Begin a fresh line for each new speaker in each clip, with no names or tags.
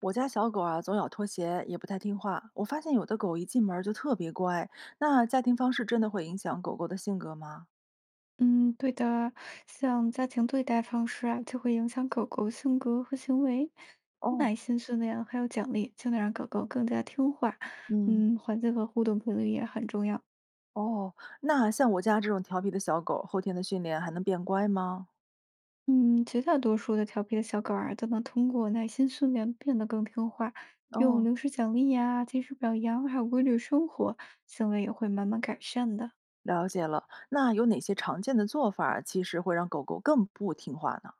我家小狗啊，总咬拖鞋，也不太听话。我发现有的狗一进门儿就特别乖。那家庭方式真的会影响狗狗的性格吗？
嗯，对的，像家庭对待方式啊，就会影响狗狗性格和行为。
哦。
耐心训练还有奖励，就能让狗狗更加听话。
嗯。
嗯，环境和互动频率也很重要。
哦。那像我家这种调皮的小狗，后天的训练还能变乖吗？
嗯，绝大多数的调皮的小狗儿啊，都能通过耐心训练变得更听话，用
哦。
零食奖励呀、及时表扬，还有规律生活，行为也会慢慢改善的。
了解了。那有哪些常见的做法儿其实会让狗狗更不听话呢？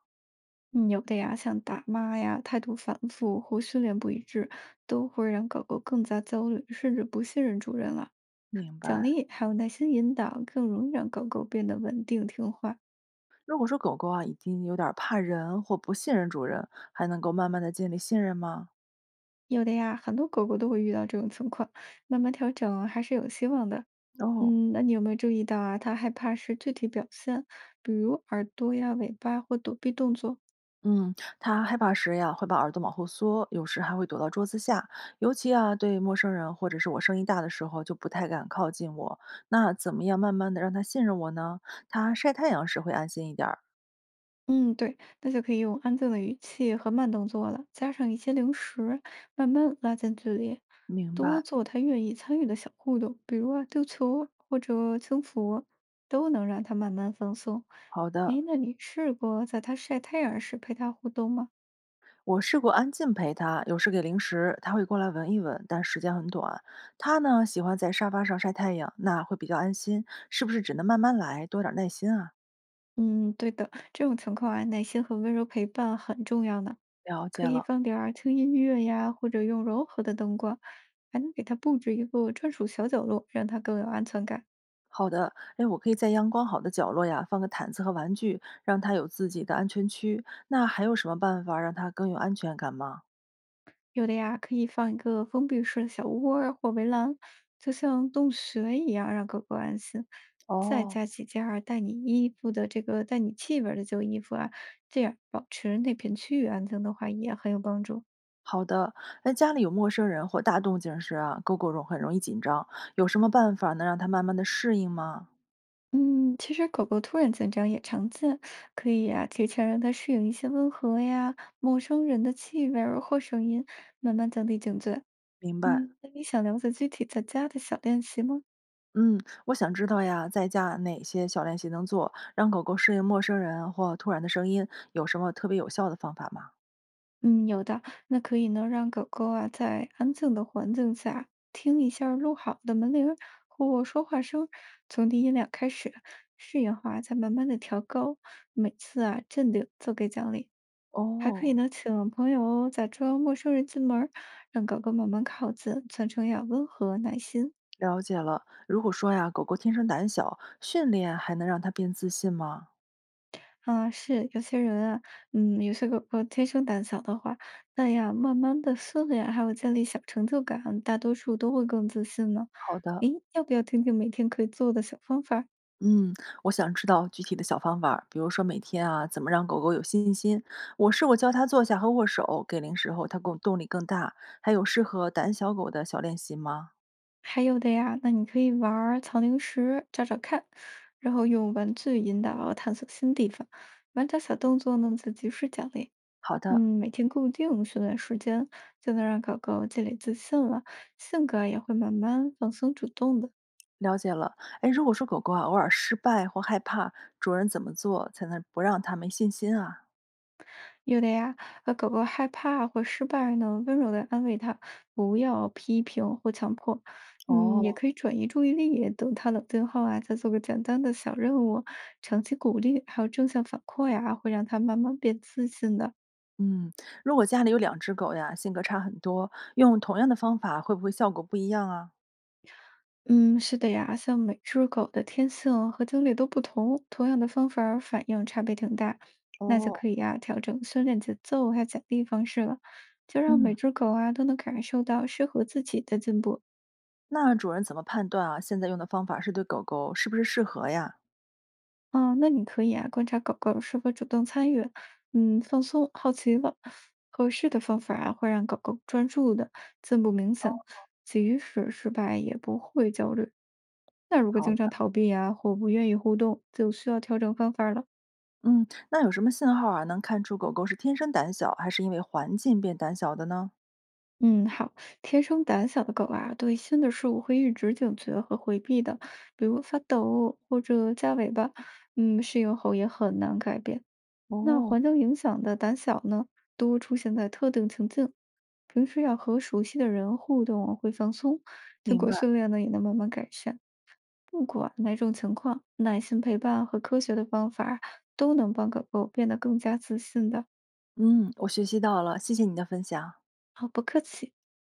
嗯，有的呀，像打骂呀、态度反复或训练不一致，都会让狗狗更加焦虑，甚至不信任主人了。
明
奖
白。
励还有耐心引导，更容易让狗狗变得稳定听话。
如果说狗狗啊已经有点儿怕人或不信任主人，还能够慢慢的建立信任吗？
有的呀，很多狗狗都会遇到这种情况，慢慢调整还是有希望的。
哦。
嗯，那你有没有注意到啊？它害怕时具体表现，比如耳朵呀、尾巴或躲避动作？
嗯。他害怕时呀，会把耳朵往后缩，有时还会躲到桌子下。尤其啊，对陌生人或者是我声音大的时候，就不太敢靠近我。那怎么样慢慢的让他信任我呢？他晒太阳时会安心一点儿。
嗯，对，那就可以用安静的语气和慢动作了，加上一些零食，慢慢拉近距离，
明
多
白，
做他愿意参与的小互动，比如啊丢球儿或者轻浮，都能让他慢慢放松。
好的。
诶，那你试过在他晒太阳时陪他互动吗？
我试过安静陪他，有时给零食，他会过来闻一闻，但时间很短。他呢，喜欢在沙发上晒太阳，那会比较安心。是不是只能慢慢来，多点儿耐心啊？
嗯，对的，这种情况啊，耐心和温柔陪伴很重要呢。
了解
可以
了。
放点儿轻音乐呀，或者用柔和的灯光，还能给他布置一个专属小角落，让他更有安全感。
好的。哎，我可以在阳光好的角落呀，放个毯子和玩具，让它有自己的安全区。那还有什么办法让它更有安全感吗？
有的呀，可以放一个封闭式的小窝儿或围栏，就像洞穴一样，让狗狗安心。再
哦。
加几件儿带你气味儿的旧衣服啊，这样保持那片区域安静的话也很有帮助。
好的。哎，家里有陌生人或大动静时啊，狗狗容很容易紧张，有什么办法能让它慢慢的适应吗？
嗯，其实狗狗突然紧张也常见，可以啊，提前让它适应一些温和呀、陌生人的气味儿或声音，慢慢降低警觉。
明白。
嗯，那你想了解具体在家的小练习吗？
嗯，我想知道呀，在家哪些小练习能做，让狗狗适应陌生人或突然的声音，有什么特别有效的方法吗？
嗯，有的，那可以呢，让狗狗啊在安静的环境下听一下儿录好的门铃儿或说话声，从低音量开始，适应化再慢慢的调高，每次啊镇定就给奖励。还可以
哦。
呢，请朋友假装陌生人进门儿让狗狗慢慢靠近，全程要温和耐心。
了解了。如果说呀，狗狗天生胆小，训练还能让它变自信吗？
啊，是有些人啊，嗯，有些狗狗天生胆小的话，那样慢慢的训练还有建立小成就感，大多数都会更自信呢。
好的。
诶，要不要听听每天可以做的小方法？
嗯，我想知道具体的小方法儿比如说每天啊，怎么让狗狗有信心？我试过教它坐下和握手，给零食后它更动力更大。还有适合胆小狗的小练习吗？
还有的呀，那你可以玩儿藏零食，找找看，然后用玩具引导探索新地方，玩点小动作呢，就及时奖励。
好的。
嗯，每天固定训练时间，就能让狗狗积累自信了，性格也会慢慢放松主动的。
了解了。哎，如果说狗狗啊偶尔失败或害怕，主人怎么做才能不让它没信心啊？
有的呀，狗狗害怕或失败呢，温柔的安慰它，不要批评或强迫。嗯，也
哦。
可以转移注意力，等它冷静后啊，再做个简单的小任务。长期鼓励还有正向反馈呀，会让它慢慢变自信的。
嗯，如果家里有两只狗呀，性格差很多，用同样的方法会不会效果不一样啊？
嗯，是的呀，像每只狗的天性和经历都不同，同样的方法儿反应差别挺大，那就
哦。
可以呀，调整训练节奏还有奖励方式了，就让每
嗯，
只狗啊都能感受到适合自己的进步。
那主人怎么判断啊？现在用的方法是对狗狗是不是适合呀？
哦，那你可以啊，观察狗狗是否主动参与，嗯，放松、好奇了。合适的方法啊，会让狗狗专注的，进步明显，即使失败也不会焦虑。那如果
好
经常
的。
逃避啊，或不愿意互动，就需要调整方法了。
嗯，那有什么信号啊，能看出狗狗是天生胆小，还是因为环境变胆小的呢？
嗯，好，天生胆小的狗啊，对新的事物会一直警觉和回避的，比如发抖或者夹尾巴，嗯，适应后也很难改变。那
哦。
环境影响的胆小呢，多出现在特定情境，平时要和熟悉的人互动啊会放松，经
明
过
白。
训练呢也能慢慢改善。不管哪种情况，耐心陪伴和科学的方法儿都能帮狗狗变得更加自信的。
嗯，我学习到了，谢谢你的分享。
好，不客气。